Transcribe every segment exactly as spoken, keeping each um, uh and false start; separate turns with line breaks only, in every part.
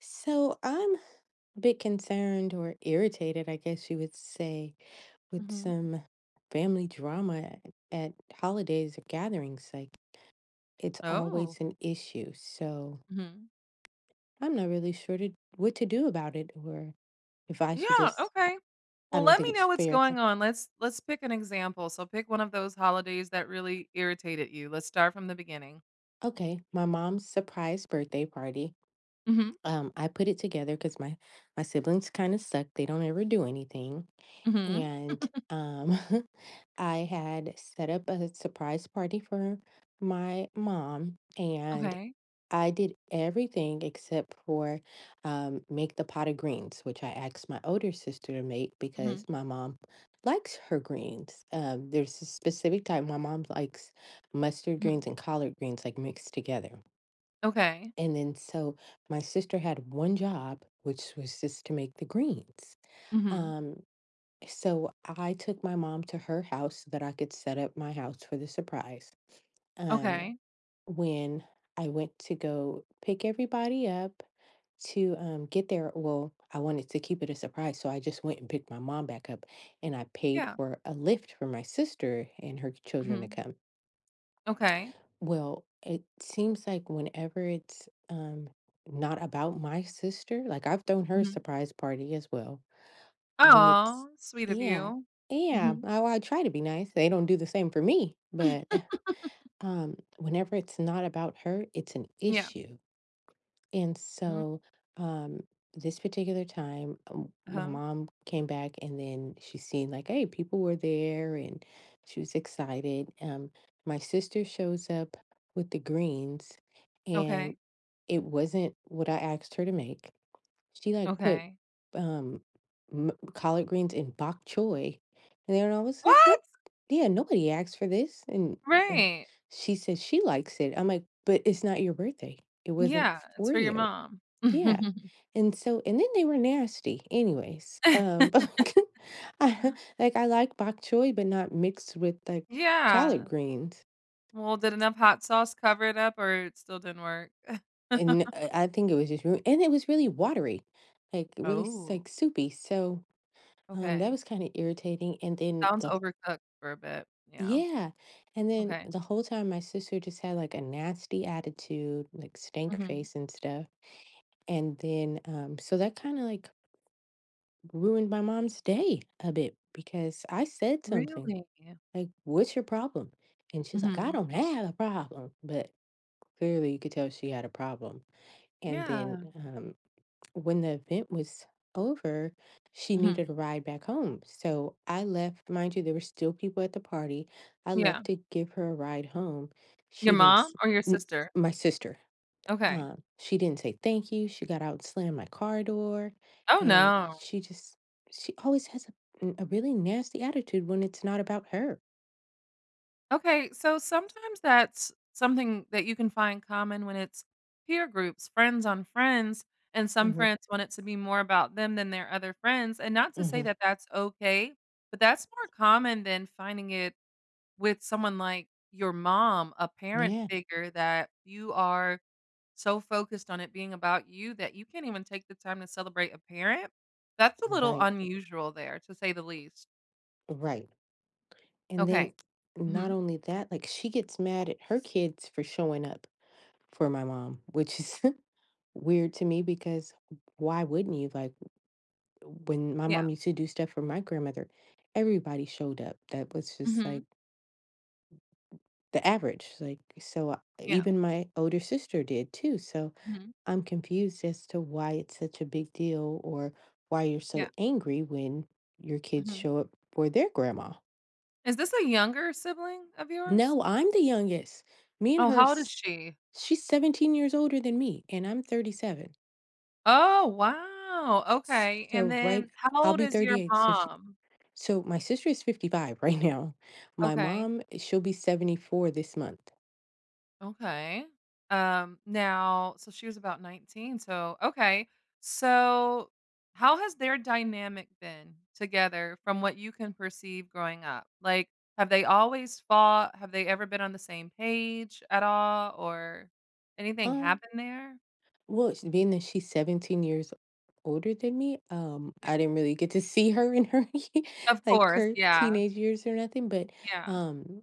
So I'm a bit concerned or irritated, I guess you would say, with
Mhm.
some family drama at holidays or gatherings. Like, it's
Oh.
always an issue. So
Mhm.
I'm not really sure to, what to do about it, or if I should
Yeah,
just,
okay.
I
Well,
don't
let
think
me
it's
know what's
fair.
going on. Let's let's pick an example. So pick one of those holidays that really irritated you. Let's start from the beginning.
Okay, my mom's surprise birthday party.
Mhm.
Um, I put it together because my my siblings kind of suck. They don't ever do anything.
Mhm.
and um, I had set up a surprise party for my mom, and
Okay.
I did everything except for um, make the pot of greens, which I asked my older sister to make because
Mhm.
my mom likes her greens. Um, there's a specific type my mom likes, mustard greens
Mhm.
and collard greens, like, mixed together.
Okay.
And then so my sister had one job, which was just to make the greens.
Mhm.
Um, so I took my mom to her house so that I could set up my house for the surprise. Um,
Okay.
when I went to go pick everybody up to um, get there, well, I wanted to keep it a surprise. So I just went and picked my mom back up, and I paid
Yeah.
for a lift for my sister and her children to
Mhm.
come.
Okay.
Well, it seems like whenever it's um, not about my sister, like, I've thrown her a
Mhm.
surprise party as well. When it's
Aw, sweet of
Yeah,
you.
yeah,
Mhm.
I I try to be nice, they don't do the same for me, but, eh, um, whenever it's not about her, it's an
Yeah.
issue, and
Mm,
so, um, this particular time, um, my
uh-huh.
mom came back and then she seen like, "Hey, people were there," and she was excited. um, my sister shows up with the greens, and
Okay.
it wasn't what I asked her to make. She, like, put,
Okay.
um, m collard greens in bok choy, and then I was like,
What?
"Nope. Yeah, nobody asked for this," and, like,
Right.
she said she likes it. I'm like, "But it's not your birthday. It wasn't
Yeah, it's
for
for your
you."
mom.
Yeah, and so and then they were nasty anyways, um, but, like, I like, I like bok choy, but not mixed with, like, collard
Yeah.
greens,
Well, did enough hot sauce cover it up or it still didn't work?
and I I think it was just ru and it was really watery, like, really, s
Oh.
like, soupy, so Um, that
Okay.
was kinda irritating, and then
Sounds
the wh
overcooked for a bit. Yeah.
Yeah, and then
Okay.
the whole time my sister just had, like, a nasty attitude, like, stank
Mhm.
face and stuff, and then, um so that kinda, like, ruined my mom's day a bit because I said something,
Really?
like, "What's your problem?" And she's like, "I
Mhm.
don't have a problem," but clearly you could tell she had a problem, and then,
Yeah.
um when the event was over, she
Mhm.
needed a ride back home. So I left, mind you, there were still people at the party. I
Yeah.
left to give her a ride home.
Your
She didn't,
mom
s-
or your
n-
sister?
My sister,
Okay.
um, she didn't say thank you. She got out and slammed my car door.
Oh,
And
no.
she just, she always has a, n- a really nasty attitude when it's not about her.
Okay, so sometimes that's something that you can find common when it's peer groups, friends on friends, and some
Hmm.
friends want it to be more about them than their other friends, and not to say
Hmm.
that that's okay, but that's more common than finding it with someone like your mom, a parent
Yeah.
figure that you are so focused on it being about you that you can't even take the time to celebrate a parent, that's a little
Right.
unusual there, to say the least.
Right. And then,
Okay.
not
Mhm.
only that, like, she gets mad at her kids for showing up for my mom, which is weird to me because why wouldn't you? Like, when my
Yeah.
mom used to do stuff for my grandmother, everybody showed up. That was just like
Mhm.
the average. Like, so uh,
Yeah.
even my older sister did too. So
Mhm.
I'm confused as to why it's such a big deal, or why you're so
Yeah.
angry when your kids
Mhm.
show up for their grandma.
Is this a younger sibling of yours?
No, I'm the youngest. Me and
Oh,
her
how old is
s-
she?
She's seventeen years older than me, and I'm thirty-seven.
Oh, wow. Okay. And
So, right,
then how
I'll
old
be
is your
thirty-eight. So she
mom?
so my sister is fifty-five right now. My
Okay.
mom, she'll be seventy-four this month.
Okay. Um now so she was about nineteen. So okay. So how has their dynamic been together from what you can perceive growing up? Like have they always fought? Have they ever been on the same page at all or anything
Uh
happened there?
well, sh- being that she's seventeen years older than me, um,
Yeah.
I didn't really get to see her in her
Of
like,
course.
her
Yeah.
teenage years or nothing, but
Yeah.
um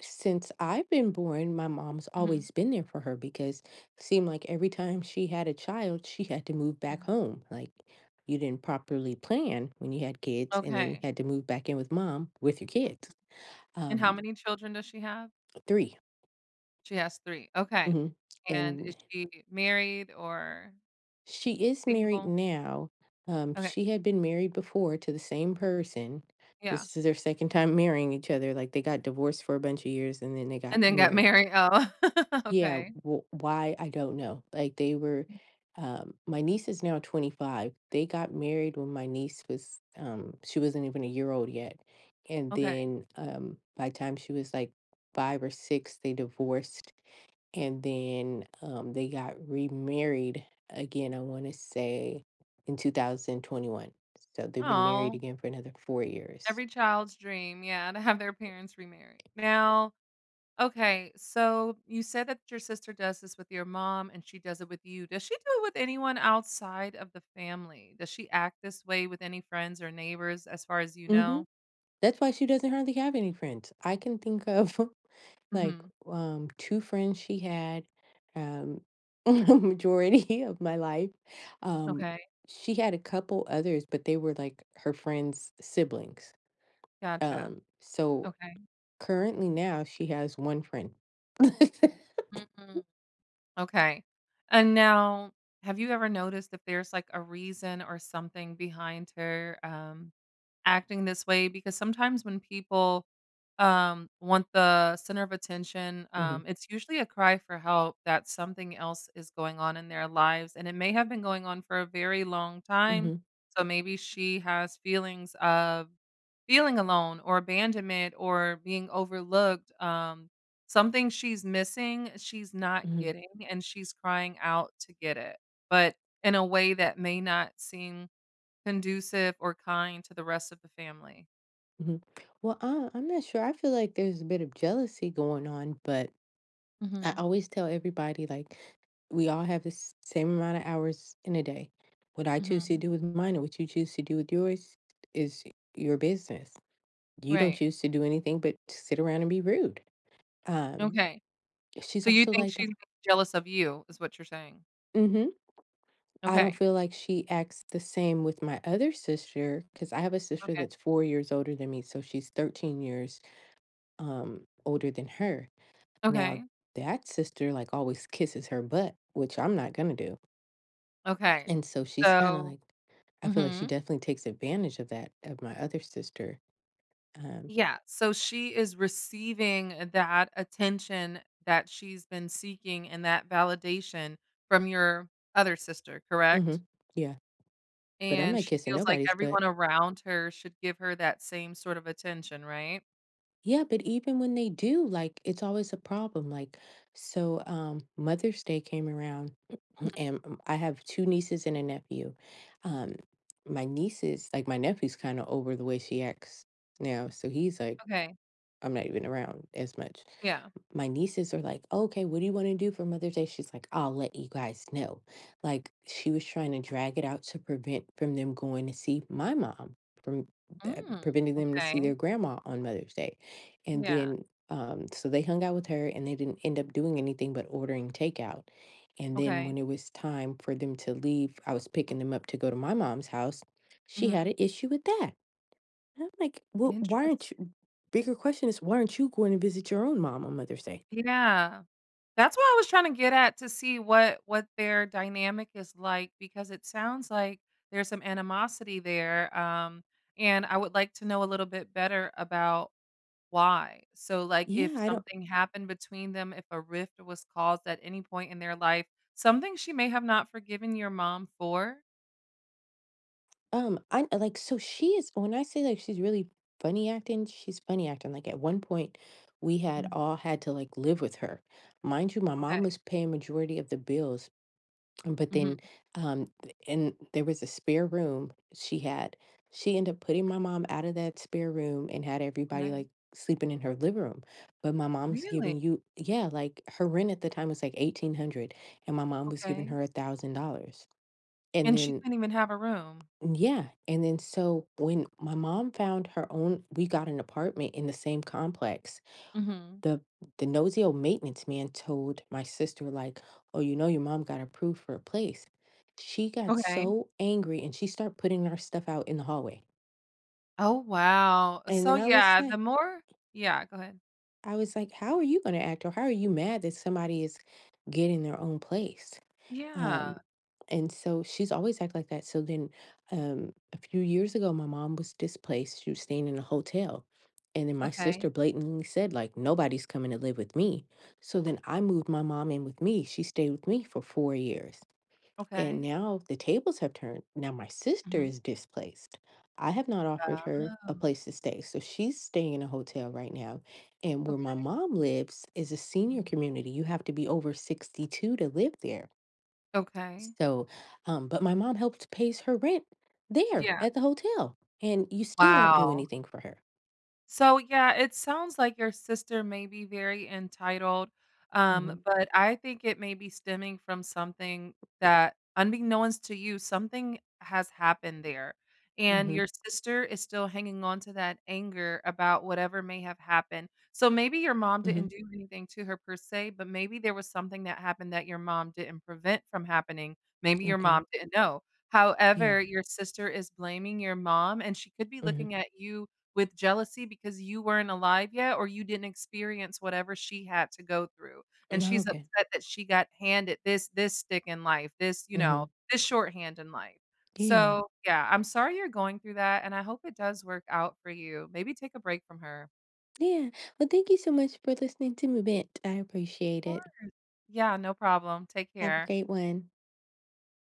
since I've been born, my mom's
Mhm,
always been there for her because it seemed like every time she had a child, she had to move back
mhm.
home. Like, you didn't properly plan when you had kids, and then
Okay.
you had to move back in with mom with your kids.
And how
Um,
many children does she have?
three.
She has three. Okay.
Hmm.
And
And
is she married or
she is married
single?
now. Um,
Okay.
she had been married before to the same person.
Yeah.
This is their second time marrying each other. Like, they got divorced for a bunch of years and then they
And
got
then got
married.
married. Oh,
Yeah,
okay,
w why, I don't know. Like, they were um, my niece is now twenty-five. They got married when my niece was, um, she wasn't even a year old yet. And
okay.
then, um, by the time she was like five or six, they divorced, and then um, they got remarried again. I want to say in two thousand twenty-one. So they've been married
Oh,
again for another four years.
every child's dream, yeah, to have their parents remarry. Now, okay, so you said that your sister does this with your mom and she does it with you. Does she do it with anyone outside of the family? Does she act this way with any friends or neighbors as far as you
Hmm.
know?
That's why she doesn't hardly have any friends. I can think of, like,
Mhm.
um, two friends she had, um, majority of my life. Um,
Okay,
she had a couple others, but they were, like, her friend's siblings.
gotcha.
Um, so
Okay.
currently now she has one friend.
Mm, okay. And now, have you ever noticed if there's, like, a reason or something behind her, um acting this way because sometimes when people um, want the center of attention,
Mhm.
um, it's usually a cry for help that something else is going on in their lives. And it may have been going on for a very long time.
Mhm.
So maybe she has feelings of feeling alone or abandonment or being overlooked. Um, something she's missing, she's not
Mhm.
getting, and she's crying out to get it, but in a way that may not seem conducive or kind to the rest of the family.
Mhm. Well, I I'm not sure. I feel like there's a bit of jealousy going on, but I
Mhm,
always tell everybody, like, we all have the s- same amount of hours in a day. What I choose to
mhm.
do with mine and what you choose to do with yours is your business. You don't
Right.
choose to do anything but sit around and be rude. Um,
Okay.
she's
So you
also
think
like that.
she's jealous of you is what you're saying?
Hmm. I don't
Okay,
feel like she acts the same with my other sister, because I have a sister
okay,
that's four years older than me, so she's thirteen years um older than her. Now,
okay,
that sister, like, always kisses her butt, which I'm not gonna do.
okay.
And so she's kinda
So
like I feel like she
mhm.
definitely takes advantage of that, of my other sister. Um,
Yeah, so she is receiving that attention that she's been seeking and that validation from your other sister, correct?
mhm, yeah, but I'm
And
not
she
kissing
feels like
nobody's. But
everyone around her should give her that same sort of attention, right?
Yeah, but even when they do, like, it's always a problem. Like, so, um, Mother's Day came around,
Mhm.
and, um, I have two nieces and a nephew. Um, my nieces like, my nephew's kinda over the way she acts now, so he's like,
Okay,
I'm not even around as much.
yeah.
My nieces are like, "Oh, okay, what do you want to do for Mother's Day?" She's like, "I'll let you guys know." Like, she was trying to drag it out to prevent from them going to see my mom, from that,
Mm.
preventing them to see their
Okay.
grandma on Mother's Day. And
Yeah.
then, um, so they hung out with her and they didn't end up doing anything but ordering takeout. And then,
Okay.
when it was time for them to leave, I was picking them up to go to my mom's house. She had an
Mhm.
issue with that. And I'm like, well, why
Interest
aren't you? Bigger question is, why aren't you going to visit your own mom on Mother's Day?
Yeah. That's what I was trying to get at to see what what their dynamic is like because it sounds like there's some animosity there, um, and I would like to know a little bit better about why. So, like,
Yeah,
if
I don't.
something happened between them, if a rift was caused at any point in their life, something she may have not forgiven your mom for?
um I, like, so she is, when I say, like, she's really funny acting, she's funny acting. Like, at one point we had
Mhm.
all had to, like, live with her. Mind you, my mom
Okay.
was paying majority of the bills, but then
Mhm.
um th- and there was a spare room she had. She ended up putting my mom out of that spare room and had everybody
Okay.
like sleeping in her living room. But my mom's
Really?
giving you yeah, like, her rent at the time was like eighteen hundred, and my mom was giving
Okay.
her a thousand dollars. And
And she
then
couldn't even have a room.
Mm. Yeah. And then so when my mom found her own, we got an apartment in the same complex.
Mhm.
The the nosy old maintenance man told my sister like, "Oh, you know, your mom got approved for a place." She got
Okay.
so angry, and she started putting our stuff out in the hallway.
Oh, wow.
And
So,
then I was
yeah, the
like
more yeah, go ahead.
I was like, "How are you going to act, or how are you mad that somebody is getting their own place?" Um,
Yeah.
and so she's always act like that. So then um a few years ago my mom was displaced. She was staying in a hotel. And then my
Okay.
sister blatantly said, like, nobody's coming to live with me. So then I moved my mom in with me. She stayed with me for four years. And
Okay.
now the tables have turned. Now my sister
Mhm.
is displaced. I have not offered her a
Oh,
place to stay. So she's staying in a hotel right now. And where my
okay.
mom lives is a senior
Mhm.
community. You have to be over sixty-two to live there.
Okay.
So, um, but my mom helped pays her rent there
Yeah.
at the hotel, and you still don't do
Wow.
anything for her.
So, yeah, it sounds like your sister may be very entitled,
Hmm.
um, but I think it may be stemming from something that, unbeknownst to you, something has happened there. And
Hmm.
your sister is still hanging on to that anger about whatever may have happened. So maybe your mom
Hmm.
didn't do anything to her per se, but maybe there was something that happened that your mom didn't prevent from happening. Maybe your
Okay.
mom didn't know.
Yeah.
However, your sister is blaming your mom, and she could be
Hmm.
looking at you with jealousy because you weren't alive yet or you didn't experience whatever she had to go through, and she's
Okay.
upset that she got handed this this stick in life, this, you
Hmm.
know, this shorthand in life.
Yeah.
So, yeah, I'm sorry you're going through that, and I hope it does work out for you. Maybe take a break from her.
Yeah. Well, thank you so much for listening to me, Bent. I
Of
appreciate
course.
it.
Yeah, no problem. Take
Have a
care.
great one.